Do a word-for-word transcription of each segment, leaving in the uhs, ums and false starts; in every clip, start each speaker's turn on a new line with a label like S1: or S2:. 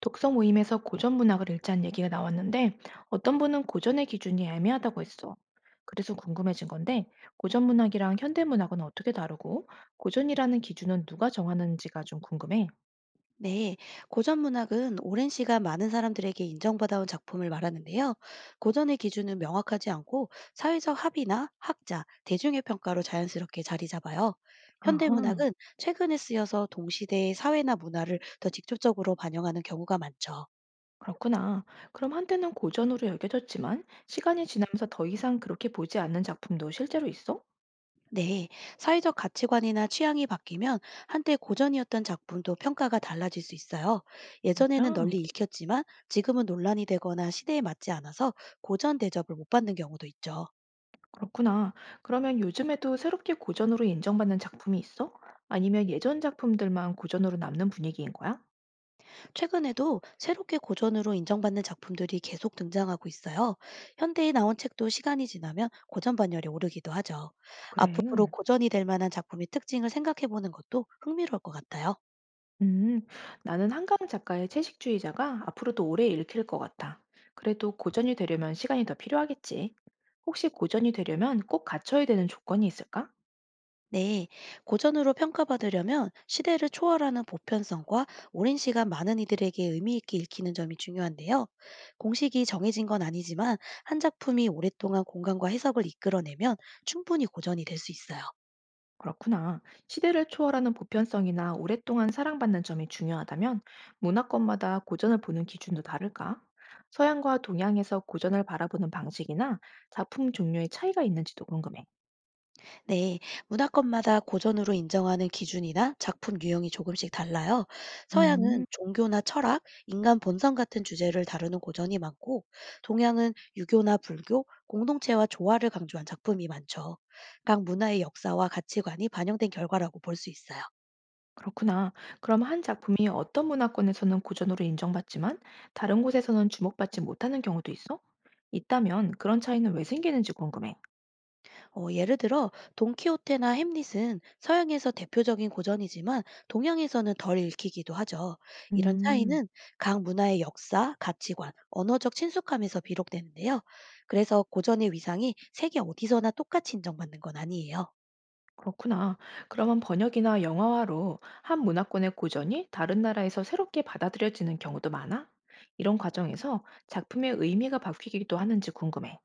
S1: 독서 모임에서 고전 문학을 읽자는 얘기가 나왔는데 어떤 분은 고전의 기준이 애매하다고 했어. 그래서 궁금해진 건데 고전 문학이랑 현대 문학은 어떻게 다르고 고전이라는 기준은 누가 정하는지가 좀 궁금해.
S2: 네, 고전 문학은 오랜 시간 많은 사람들에게 인정받아온 작품을 말하는데요. 고전의 기준은 명확하지 않고 사회적 합의나 학자, 대중의 평가로 자연스럽게 자리 잡아요. 현대
S1: 아하,
S2: 문학은 최근에 쓰여서 동시대의 사회나 문화를 더 직접적으로 반영하는 경우가 많죠.
S1: 그렇구나. 그럼 한때는 고전으로 여겨졌지만 시간이 지나면서 더 이상 그렇게 보지 않는 작품도 실제로 있어?
S2: 네, 사회적 가치관이나 취향이 바뀌면 한때 고전이었던 작품도 평가가 달라질 수 있어요. 예전에는
S1: 진짜?
S2: 널리 읽혔지만 지금은 논란이 되거나 시대에 맞지 않아서 고전 대접을 못 받는 경우도 있죠.
S1: 그렇구나. 그러면 요즘에도 새롭게 고전으로 인정받는 작품이 있어? 아니면 예전 작품들만 고전으로 남는 분위기인 거야?
S2: 최근에도 새롭게 고전으로 인정받는 작품들이 계속 등장하고 있어요. 현대에 나온 책도 시간이 지나면 고전 반열에 오르기도 하죠.
S1: 그래.
S2: 앞으로 고전이 될 만한 작품의 특징을 생각해 보는 것도 흥미로울 것 같아요.
S1: 음, 나는 한강 작가의 채식주의자가 앞으로도 오래 읽힐 것 같아. 그래도 고전이 되려면 시간이 더 필요하겠지. 혹시 고전이 되려면 꼭 갖춰야 되는 조건이 있을까?
S2: 네, 고전으로 평가받으려면 시대를 초월하는 보편성과 오랜 시간 많은 이들에게 의미 있게 읽히는 점이 중요한데요. 공식이 정해진 건 아니지만 한 작품이 오랫동안 공간과 해석을 이끌어내면 충분히 고전이 될 수 있어요.
S1: 그렇구나. 시대를 초월하는 보편성이나 오랫동안 사랑받는 점이 중요하다면 문화권마다 고전을 보는 기준도 다를까? 서양과 동양에서 고전을 바라보는 방식이나 작품 종류의 차이가 있는지도 궁금해.
S2: 네, 문화권마다 고전으로 인정하는 기준이나 작품 유형이 조금씩 달라요.
S1: 음.
S2: 서양은 종교나 철학, 인간 본성 같은 주제를 다루는 고전이 많고, 동양은 유교나 불교, 공동체와 조화를 강조한 작품이 많죠. 각 문화의 역사와 가치관이 반영된 결과라고 볼 수 있어요.
S1: 그렇구나. 그럼 한 작품이 어떤 문화권에서는 고전으로 인정받지만 다른 곳에서는 주목받지 못하는 경우도 있어? 있다면 그런 차이는 왜 생기는지 궁금해.
S2: 어, 예를 들어 돈키호테나 햄릿은 서양에서 대표적인 고전이지만 동양에서는 덜 읽히기도 하죠. 이런
S1: 음,
S2: 차이는 각 문화의 역사, 가치관, 언어적 친숙함에서 비롯되는데요. 그래서 고전의 위상이 세계 어디서나 똑같이 인정받는 건 아니에요.
S1: 그렇구나. 그러면 번역이나 영화화로 한 문화권의 고전이 다른 나라에서 새롭게 받아들여지는 경우도 많아? 이런 과정에서 작품의 의미가 바뀌기도 하는지 궁금해.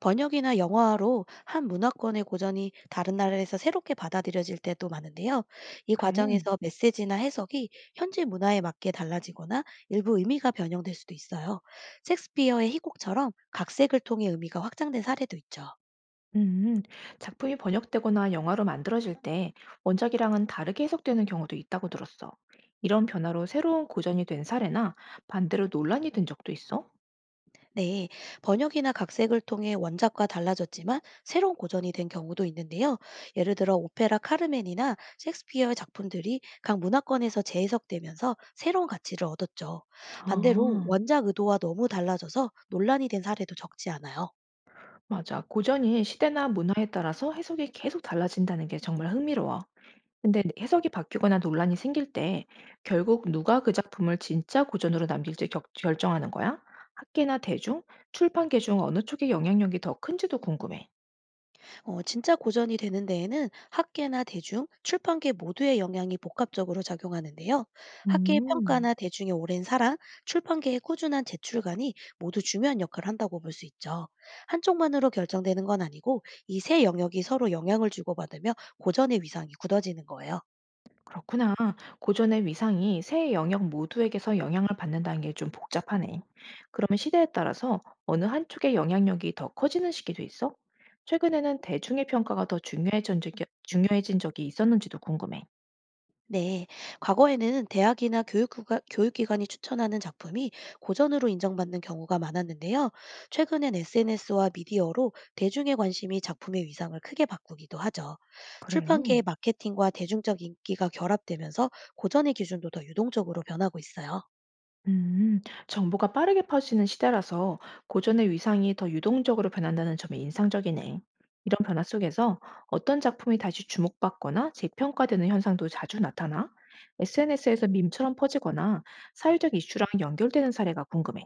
S2: 번역이나 영화로 한 문화권의 고전이 다른 나라에서 새롭게 받아들여질 때도 많은데요. 이
S1: 그래.
S2: 과정에서 메시지나 해석이 현지 문화에 맞게 달라지거나 일부 의미가 변형될 수도 있어요. 셰익스피어의 희곡처럼 각색을 통해 의미가 확장된 사례도 있죠.
S1: 음, 작품이 번역되거나 영화로 만들어질 때 원작이랑은 다르게 해석되는 경우도 있다고 들었어. 이런 변화로 새로운 고전이 된 사례나 반대로 논란이 된 적도 있어?
S2: 네, 번역이나 각색을 통해 원작과 달라졌지만 새로운 고전이 된 경우도 있는데요. 예를 들어 오페라 카르멘이나 셰익스피어의 작품들이 각 문화권에서 재해석되면서 새로운 가치를 얻었죠. 반대로
S1: 아,
S2: 원작 의도와 너무 달라져서 논란이 된 사례도 적지 않아요.
S1: 맞아. 고전이 시대나 문화에 따라서 해석이 계속 달라진다는 게 정말 흥미로워. 근데 해석이 바뀌거나 논란이 생길 때 결국 누가 그 작품을 진짜 고전으로 남길지 격- 결정하는 거야? 학계나 대중, 출판계 중 어느 쪽의 영향력이 더 큰지도 궁금해.
S2: 어, 진짜 고전이 되는 데에는 학계나 대중, 출판계 모두의 영향이 복합적으로 작용하는데요. 학계의
S1: 음.
S2: 평가나 대중의 오랜 사랑, 출판계의 꾸준한 제출관이 모두 중요한 역할을 한다고 볼 수 있죠. 한쪽만으로 결정되는 건 아니고 이 세 영역이 서로 영향을 주고받으며 고전의 위상이 굳어지는 거예요.
S1: 그렇구나. 고전의 위상이 세 영역 모두에게서 영향을 받는다는 게 좀 복잡하네. 그러면 시대에 따라서 어느 한쪽의 영향력이 더 커지는 시기도 있어? 최근에는 대중의 평가가 더 중요해진 적이, 중요해진 적이 있었는지도 궁금해.
S2: 네, 과거에는 대학이나 교육구가, 교육기관이 추천하는 작품이 고전으로 인정받는 경우가 많았는데요. 최근엔 에스엔에스와 미디어로 대중의 관심이 작품의 위상을 크게 바꾸기도 하죠.
S1: 그래.
S2: 출판계의 마케팅과 대중적 인기가 결합되면서 고전의 기준도 더 유동적으로 변하고 있어요.
S1: 음, 정보가 빠르게 퍼지는 시대라서 고전의 위상이 더 유동적으로 변한다는 점이 인상적이네. 이런 변화 속에서 어떤 작품이 다시 주목받거나 재평가되는 현상도 자주 나타나 에스엔에스에서 밈처럼 퍼지거나 사회적 이슈랑 연결되는 사례가 궁금해.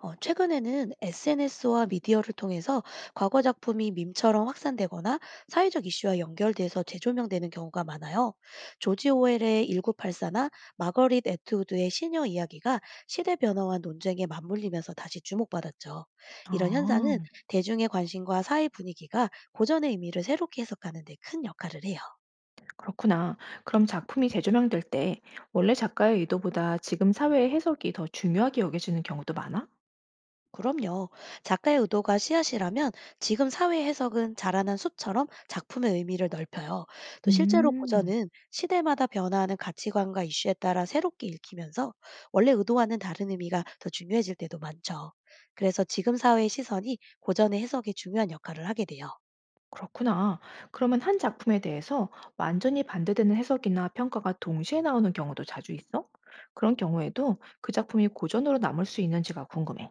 S2: 어, 최근에는 에스엔에스와 미디어를 통해서 과거 작품이 밈처럼 확산되거나 사회적 이슈와 연결돼서 재조명되는 경우가 많아요. 조지 오웰의 천구백팔십사나 마거릿 애트우드의 시녀 이야기가 시대 변화와 논쟁에 맞물리면서 다시 주목받았죠. 이런 현상은
S1: 아,
S2: 대중의 관심과 사회 분위기가 고전의 의미를 새롭게 해석하는 데 큰 역할을 해요.
S1: 그렇구나. 그럼 작품이 재조명될 때 원래 작가의 의도보다 지금 사회의 해석이 더 중요하게 여겨지는 경우도 많아?
S2: 그럼요. 작가의 의도가 씨앗이라면 지금 사회 해석은 자라난 숲처럼 작품의 의미를 넓혀요. 또 실제로
S1: 음.
S2: 고전은 시대마다 변화하는 가치관과 이슈에 따라 새롭게 읽히면서 원래 의도와는 다른 의미가 더 중요해질 때도 많죠. 그래서 지금 사회의 시선이 고전의 해석에 중요한 역할을 하게 돼요.
S1: 그렇구나. 그러면 한 작품에 대해서 완전히 반대되는 해석이나 평가가 동시에 나오는 경우도 자주 있어? 그런 경우에도 그 작품이 고전으로 남을 수 있는지가 궁금해.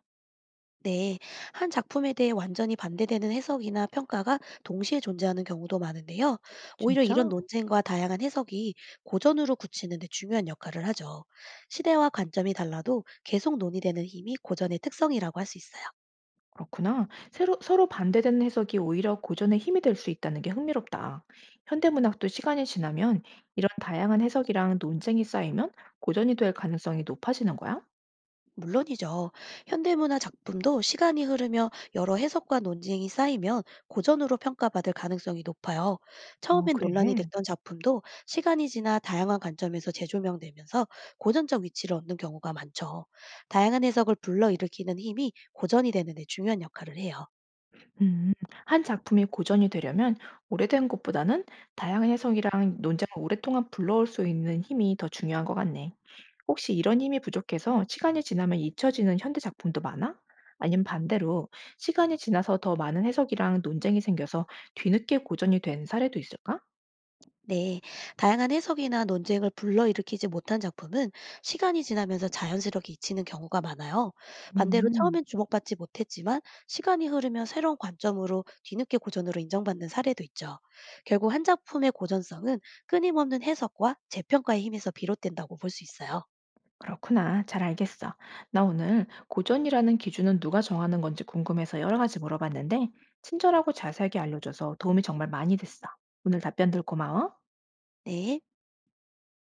S2: 네, 한 작품에 대해 완전히 반대되는 해석이나 평가가 동시에 존재하는 경우도 많은데요. 오히려 이런
S1: 진짜?
S2: 논쟁과 다양한 해석이 고전으로 굳히는 데 중요한 역할을 하죠. 시대와 관점이 달라도 계속 논의되는 힘이 고전의 특성이라고 할 수 있어요.
S1: 그렇구나. 새로, 서로 반대되는 해석이 오히려 고전의 힘이 될 수 있다는 게 흥미롭다. 현대문학도 시간이 지나면 이런 다양한 해석이랑 논쟁이 쌓이면 고전이 될 가능성이 높아지는 거야?
S2: 물론이죠. 현대문화 작품도 시간이 흐르며 여러 해석과 논쟁이 쌓이면 고전으로 평가받을 가능성이 높아요.
S1: 어,
S2: 처음엔
S1: 그래.
S2: 논란이 됐던 작품도 시간이 지나 다양한 관점에서 재조명되면서 고전적 위치를 얻는 경우가 많죠. 다양한 해석을 불러일으키는 힘이 고전이 되는 데 중요한 역할을 해요.
S1: 음, 한 작품이 고전이 되려면 오래된 것보다는 다양한 해석이랑 논쟁을 오랫동안 불러올 수 있는 힘이 더 중요한 것 같네. 혹시 이런 힘이 부족해서 시간이 지나면 잊혀지는 현대 작품도 많아? 아니면 반대로 시간이 지나서 더 많은 해석이랑 논쟁이 생겨서 뒤늦게 고전이 된 사례도 있을까?
S2: 네, 다양한 해석이나 논쟁을 불러일으키지 못한 작품은 시간이 지나면서 자연스럽게 잊히는 경우가 많아요. 반대로
S1: 음.
S2: 처음엔 주목받지 못했지만 시간이 흐르면 새로운 관점으로 뒤늦게 고전으로 인정받는 사례도 있죠. 결국 한 작품의 고전성은 끊임없는 해석과 재평가의 힘에서 비롯된다고 볼 수 있어요.
S1: 그렇구나. 잘 알겠어. 나 오늘 고전이라는 기준은 누가 정하는 건지 궁금해서 여러 가지 물어봤는데, 친절하고 자세하게 알려줘서 도움이 정말 많이 됐어. 오늘 답변들 고마워.
S2: 네.